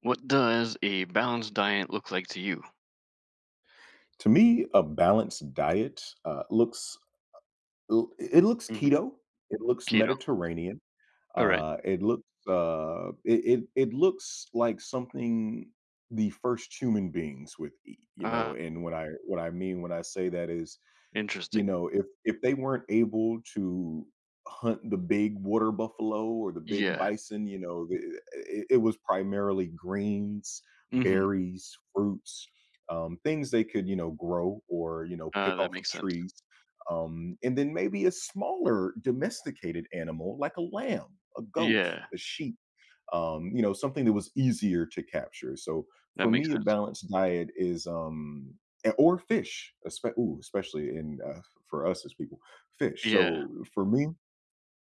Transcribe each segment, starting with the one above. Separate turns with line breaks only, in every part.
What does a balanced diet look like to you?
To me, a balanced diet looks it looks
Mhm.
keto, it looks
Keto.
Mediterranean.
All right.
Uh, it looks uh, it, it it looks like something the first human beings would eat. You
Uh,
know, and what I mean when I say that is
Interesting.
if they weren't able to hunt the big water buffalo or the big
Yeah.
bison. You know, the it it was primarily greens,
Hmm.
berries, fruits, things they could, you know, grow or, you know, pick
That
off of
makes sense.
trees. And then maybe a smaller domesticated animal like a lamb, a goat,
Yeah.
a sheep, something that was easier to capture. So
That
for
makes
me, a
sense.
balanced diet is, or fish, especially in for us as people, fish.
Yeah.
So for me,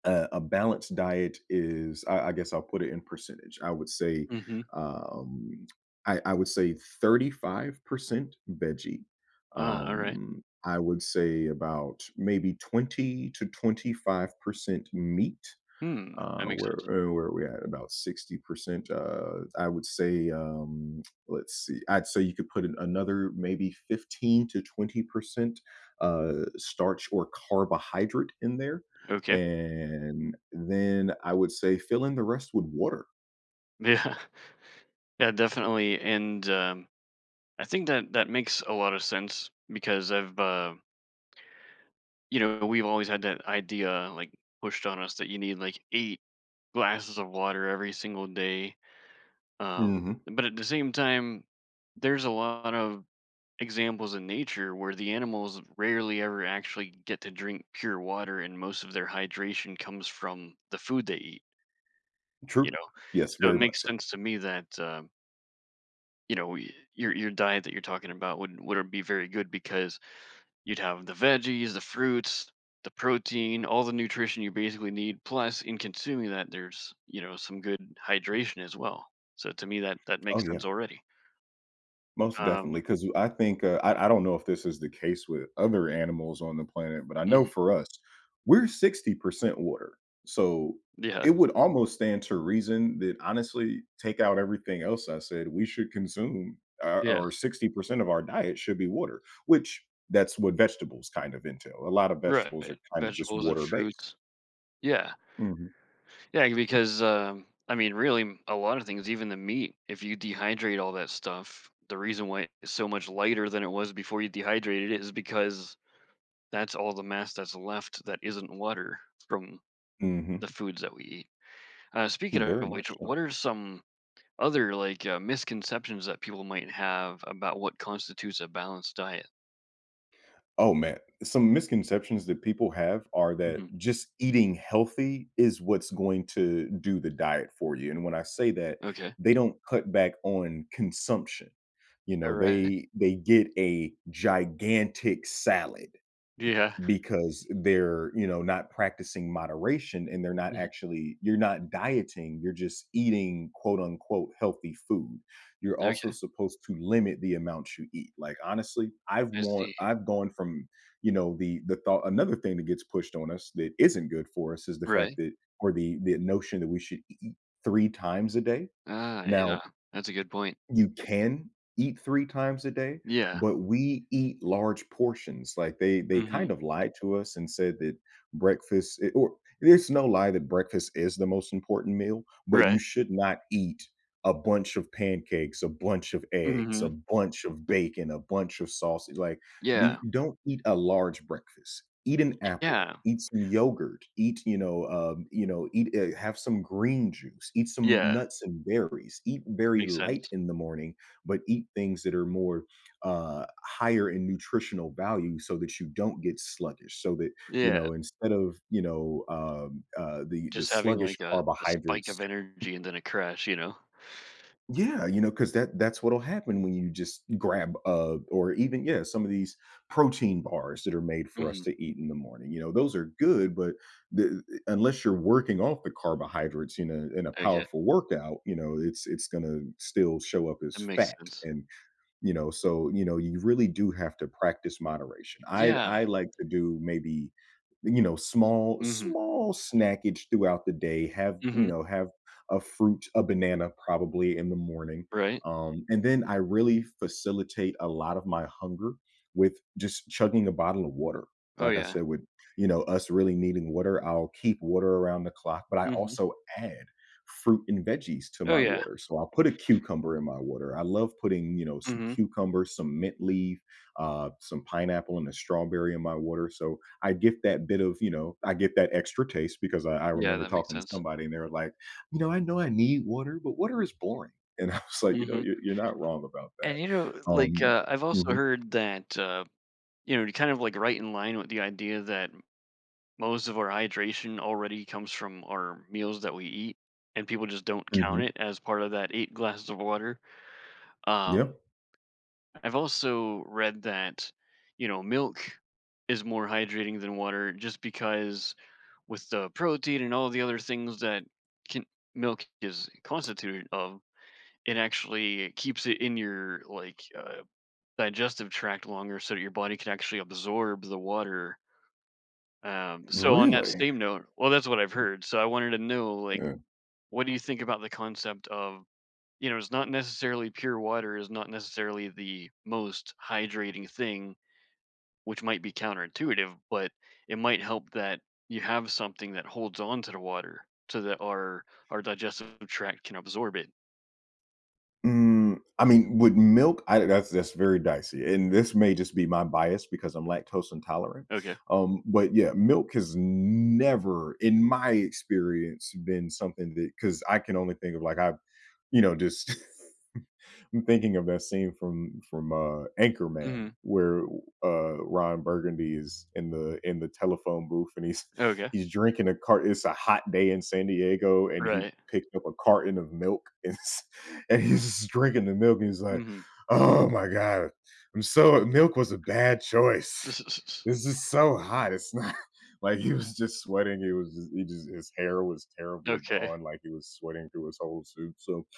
a balanced diet is, I guess I'll put it in percentage.
Hmm.
Um, I would say 35% veggie.
All right.
I would say about maybe 20 to 25% meat
Hmm.
uh,
That makes
where
sense.
where we at about 60%. I would say, let's see, I'd say you could put in another maybe 15 to 20% starch or carbohydrate in there.
Okay.
And then I would say fill in the rest with water.
Yeah. Yeah. Definitely. And I think that that makes a lot of sense because we've always had that idea like pushed on us that you need like 8 glasses of water every single day.
Hmm.
But at the same time, there's a lot of examples in nature where the animals rarely ever actually get to drink pure water, and most of their hydration comes from the food they eat you
True.
know
Yes,
so it
very much
makes
so.
sense to me that your diet that you're talking about would be very good because you'd have the veggies, the fruits, the protein, all the nutrition you basically need, plus in consuming that there's some good hydration as well. So to me that that
Oh,
makes
yeah.
sense already
Most
um
definitely, because I think, I don't know if this is the case with other animals on the planet, but I know
mhm,
for us, we're 60% water. So,
yeah,
it would almost stand to reason that honestly, take out everything else I said, we should consume or
yeah.
or 60% of our diet should be water, which that's what vegetables kind of entail. A lot of vegetables
Right,
are kind of just
vegetables and
water based.
fruits. Yeah,
Mhm,
yeah, because, I mean, really, m a lot of things, even the meat, if you dehydrate all that stuff, the reason why it's so much lighter than it was before you dehydrated it is because that's all the mass that's left that isn't water from
mhm.
the foods that we eat. Speaking
Very
of which,
much so.
what are some other, like, misconceptions that people might have about what constitutes a balanced diet?
Oh, man. Some misconceptions that people have are that
Mhm,
just eating healthy is what's going to do the diet for you, and when I say that,
okay.
they don't cut back on consumption. You know,
Alright.
they get a gigantic salad,
Yeah.
because they're, not practicing moderation and they're not
Mhm.
actually, you're not dieting, you're just eating quote unquote healthy food. You're also
Okay,
supposed to limit the amount you eat. Like honestly,
I see.
I've gone from, you know, the thought another thing that gets pushed on us that isn't good for us is
Right.
the notion that we should eat 3 times a day.
Ah, yeah.
Now
That's a good point.
you can eat 3 times a day,
Yeah.
but we eat large portions. Like, they
Mhm.
kind of lied to us and said that breakfast I or there's no lie that breakfast is the most important meal, but you
Right.
should not eat a bunch of pancakes, a bunch of eggs, a
Mhm.
bunch of bacon, a bunch of sausage. Like, the
Yeah.
don't eat a large breakfast. Eat an apple,
Yeah.
eat some yogurt, eat, you know, eat, have some green juice, eat some
Yeah.
nuts and berries, eat very
Makes
light
sense.
in the morning, but eat things that are more higher in nutritional value so that you don't get sluggish. So that,
Yeah.
instead of, the
Just having,
sluggish
like, a spike of
carbohydrates.
energy and then a crash, you know?
Yeah, you know, because that's what'll happen when you just yeah, some of these protein bars that are made for us
Mhm.
to eat in the morning. You know, those are good, but the unless you're working off the carbohydrates in a
Okay.
powerful workout, you know, it's gonna still show up
That
as
makes
fat.
sense.
And, so, you really do have to practice moderation. I
Yeah.
I like to do maybe, small
Mhm.
small snackage throughout the day, have,
Mhm.
have a fruit, a banana probably in the morning.
Right.
And then I really facilitate a lot of my hunger with just chugging a bottle of water.
Oh,
Like I
yeah.
said, with, us really needing water, I'll keep water around the clock, but I
Mhm.
also add fruit and veggies to
Oh,
my
yeah.
water. So I'll put a cucumber in my water. I love putting, some
Mhm.
cucumber, some mint leaf, some pineapple, and a strawberry in my water. So I get that bit of, you know, I get that extra taste because I
Yeah,
remember
that makes
talking to
sense.
somebody and they were like, you know I need water, but water is boring. And I was like, you know,
Mhm.
you're not wrong about
And,
that.
like,
Um,
I've also
mhm.
heard that, kind of, like, right in line with the idea that most of our hydration already comes from our meals that we eat, and people just don't count
mhm.
it as part of that 8 glasses of water. Um,
Yep.
I've also read that, milk is more hydrating than water just because with the protein and all the other things that can, milk is constituted of, it actually keeps it in your like digestive tract longer so that your body can actually absorb the water. So on that
Really?
same note, well, that's what I've heard, so I wanted to know, like, what do you think about the concept of, it's not necessarily pure water is not necessarily the most hydrating thing, which might be counterintuitive, but it might help that you have something that holds on to the water so that our digestive tract can absorb it.
I mean, with milk, I that's very dicey, and this may just be my bias because I'm lactose intolerant.
Okay.
But yeah, milk has never, in my experience, been something that because I can only think of like I've, you know, just I'm thinking of that scene from Anchorman
Mhm.
where Ron Burgundy is in the telephone booth and he's
Okay.
he's drinking a cart. It's a hot day in San Diego, and he
Right.
picked up a carton of milk and he's just drinking the milk. And he's like,
Mhm.
"Oh my god, I'm so milk was a bad choice. This is so hot. It's not." Like he was just sweating. He just his hair was terribly
Okay.
gone. Like he was sweating through his whole suit. So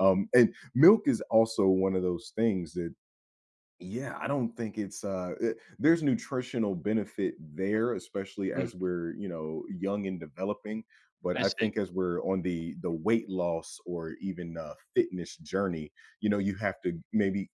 and milk is also one of those things that, yeah, I don't think there's nutritional benefit there, especially as
Mhm.
we're young and developing. But
I
I
see.
think as we're on the weight loss or even fitness journey, you know, you have to maybe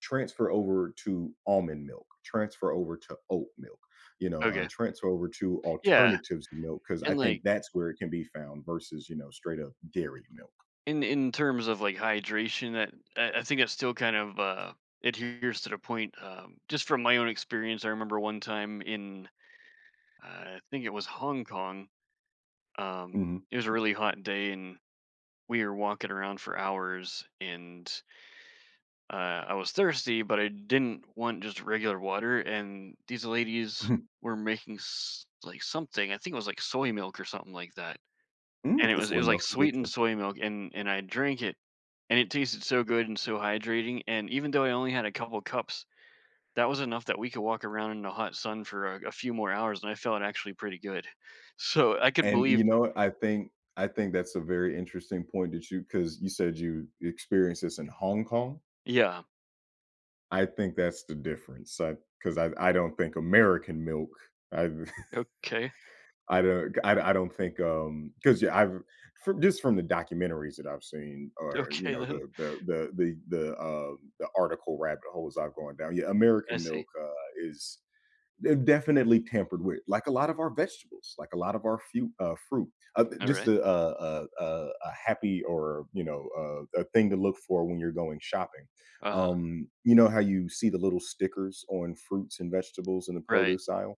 transfer over to almond milk, transfer over to oat milk,
Okay.
transfer over to
Yeah,
alternatives to milk because I
and, like
think that's where it can be found versus straight up dairy milk.
in terms of like hydration that I think that still kind of adheres to the point, just from my own experience I remember one time in I think it was Hong Kong um,
Mhm.
it was a really hot day and we were walking around for hours and I was thirsty but I didn't want just regular water and these ladies were making like something I think it was like soy milk or something like that. And it
And
was it
soy
was, like,
milk is good
sweetened
too.
soy milk, and I drank it, and it tasted so good and so hydrating, and even though I only had a couple cups, that was enough that we could walk around in the hot sun for a few more hours, and I felt actually pretty good. So, I could
And
believe.
you know, I think that's a very interesting point that you because you said you experienced this in Hong Kong.
Yeah.
I think that's the difference. I Because I don't think American milk. I
Okay.
I don't think because yeah I've from, just from the documentaries that I've seen or you
Okay,
know
then.
the article rabbit holes I've gone down. Yeah,
I
American milk
see.
is they're definitely tampered with, like a lot of our vegetables, like a lot of our fruit. Just
Alright.
a happy or a thing to look for when you're going shopping.
Uh-huh.
You know how you see the little stickers on fruits and vegetables in the
Right.
produce aisle.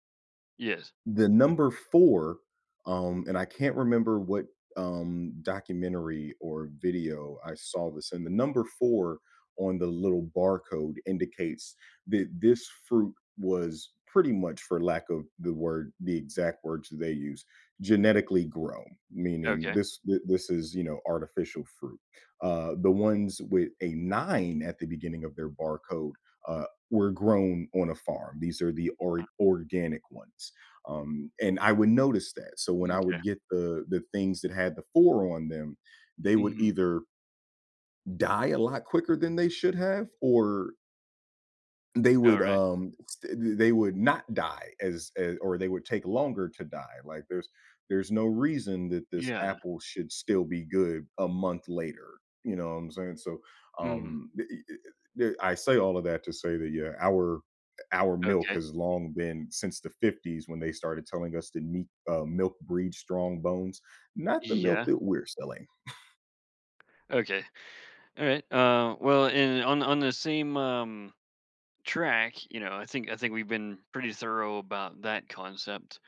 Yes.
The number 4, and I can't remember what, documentary or video I saw this. And the number 4 on the little barcode indicates that this fruit was pretty much, for lack of the exact words that they use, genetically grown, meaning
Okay.
this is, you know, artificial fruit. The ones with a 9 at the beginning of their barcode, uh, were grown on a farm. These are the or
Uh,
organic ones. And I would notice that. So when I would
M'kay.
get the things that had the 4 on them, they would
Mhm.
either die a lot quicker than they should have or they would,
Alright.
um, st they would not die as or they would take longer to die. Like, there's no reason that this
Yeah.
apple should still be good a month later, you know what I'm saying? So,
Mm.
the e e the I say all of that to say that, yeah, our milk
Okay.
has long been since the '50s when they started telling us that meat milk breeds strong bones, not the milk
Yeah.
that we're selling.
Okay. Alright. Well, and on the same, track, you know, I think we've been pretty thorough about that concept.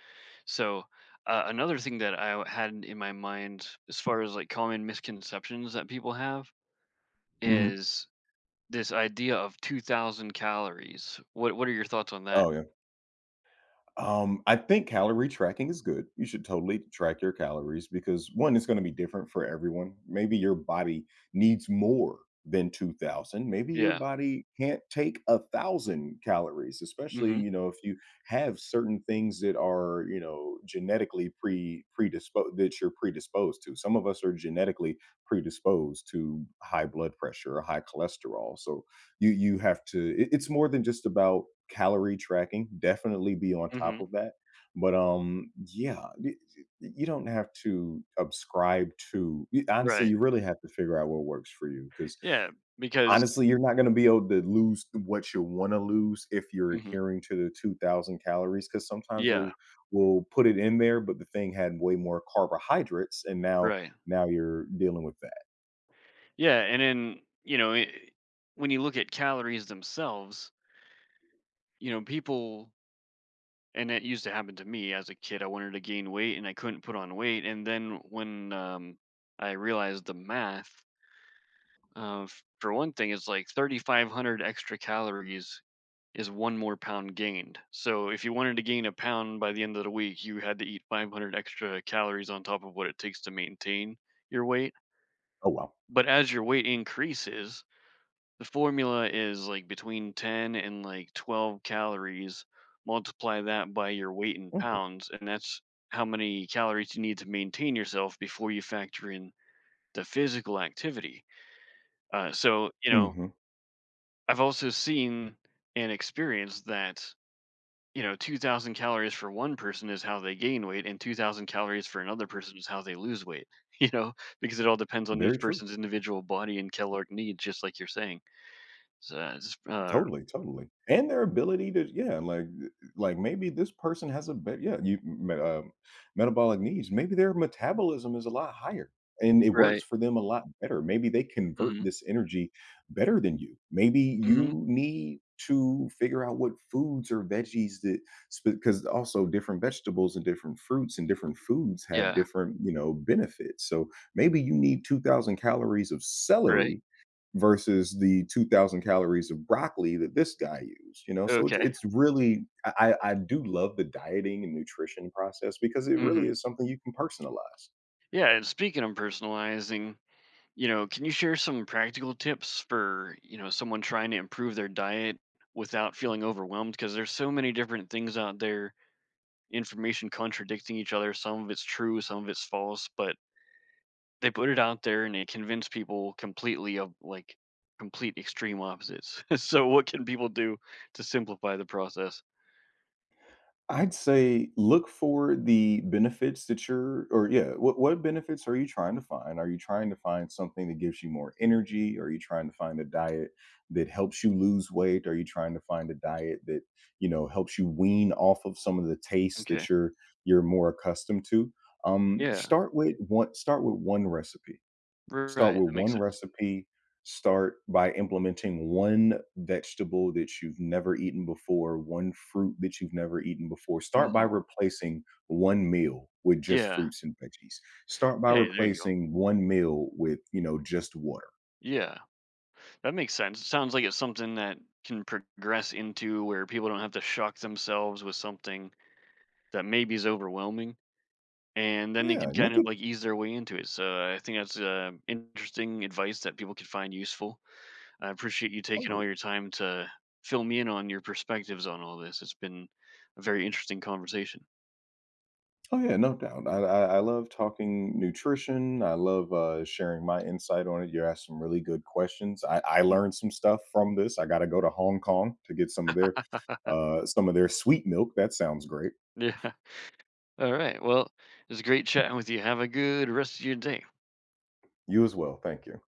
So another thing that I had in my mind, as far as like common misconceptions that people have,
Mhm.
is this idea of 2,000 calories. What are your thoughts on that?
Oh, yeah. I think calorie tracking is good. You should totally track your calories because one, it's going to be different for everyone. Maybe your body needs more than 2000. Maybe your
Yeah.
body can't take a thousand calories, especially,
Mm-hmm.
you know, if you have certain things that are, you know, genetically predisposed that you're predisposed to. Some of us are genetically predisposed to high blood pressure or high cholesterol. So you have to it, it's more than just about calorie tracking. Definitely be on top
Mm-hmm.
of that, but yeah, you don't have to subscribe to honestly,
Right.
you really have to figure out what works for you because
Yeah. Because.
honestly, you're not going to be able to lose what you want to lose if you're
Mhm,
adhering to the 2000 calories because sometimes
yeah.
we'll put it in there, but the thing had way more carbohydrates, and
Right.
now you're dealing with that.
Yeah. And then it, when you look at calories themselves, people and it used to happen to me as a kid. I wanted to gain weight and I couldn't put on weight. And then when I realized the math, for one thing, it's like 3,500 extra calories is one more pound gained. So if you wanted to gain a pound by the end of the week, you had to eat 500 extra calories on top of what it takes to maintain your weight.
Oh, wow.
But as your weight increases, the formula is, like, between 10 and, like, 12 calories, multiply that by your weight in pounds, and that's how many calories you need to maintain yourself before you factor in the physical activity. So,
Hmm.
I've also seen and experienced that, 2,000 calories for one person is how they gain weight, and 2,000 calories for another person is how they lose weight, you know, because it all depends on
Very
each
true.
person's individual body and caloric needs, just like you're saying. So, it's,
Totally, totally, and their ability to like maybe this person has a better, yeah, you met metabolic needs, maybe their metabolism is a lot higher and it works
right.
for them a lot better. Maybe they convert
Mhm.
this energy better than you. Maybe
Mhm.
you need to figure out what foods or veggies that because also different vegetables and different fruits and different foods have
Yeah.
different, you know, benefits. So, maybe you need 2,000 calories of
Right.
celery versus the 2000 calories of broccoli that this guy used. So it's
Okay.
it's really, I do love the dieting and nutrition process because it really
Mhm.
is something you can personalize.
Yeah, and speaking of personalizing, can you share some practical tips for, someone trying to improve their diet without feeling overwhelmed? Because there's so many different things out there, information contradicting each other. Some of it's true, some of it's false, but they put it out there and it convinced people completely of like complete extreme opposites. So what can people do to simplify the process?
I'd say look for the benefits that you're or yeah, what benefits are you trying to find? Are you trying to find something that gives you more energy? Are you trying to find a diet that helps you lose weight? Are you trying to find a diet that, helps you wean off of some of the tastes
Okay.
that you're more accustomed to? Um,
Yeah.
start with one start with one recipe Start
Right.
with
That makes
1
sense.
recipe, start by implementing 1 vegetable that you've never eaten before, 1 fruit that you've never eaten before. Start by
Hmm.
replacing 1 meal with just
Yeah.
fruits and veggies. Start by
Hey, there you go.
replacing 1 meal with, just water.
Yeah, that makes sense. It sounds like it's something that can progress into where people don't have to shock themselves with something that maybe is overwhelming, and then they
Yeah,
can kind
make
of
it.
like ease their way into it. So I think that's interesting advice that people could find useful. I appreciate you taking all your time to fill me in on your perspectives on all this. It's been a very interesting conversation.
Oh yeah, no doubt. I love talking nutrition. I love sharing my insight on it. You asked some really good questions. I
Mm.
learned some stuff from this. I got to go to Hong Kong to get some of their sweet milk. That sounds great.
Yeah. All right. Well, it was great chatting with you. Have a good rest of your day.
You as well. Thank you.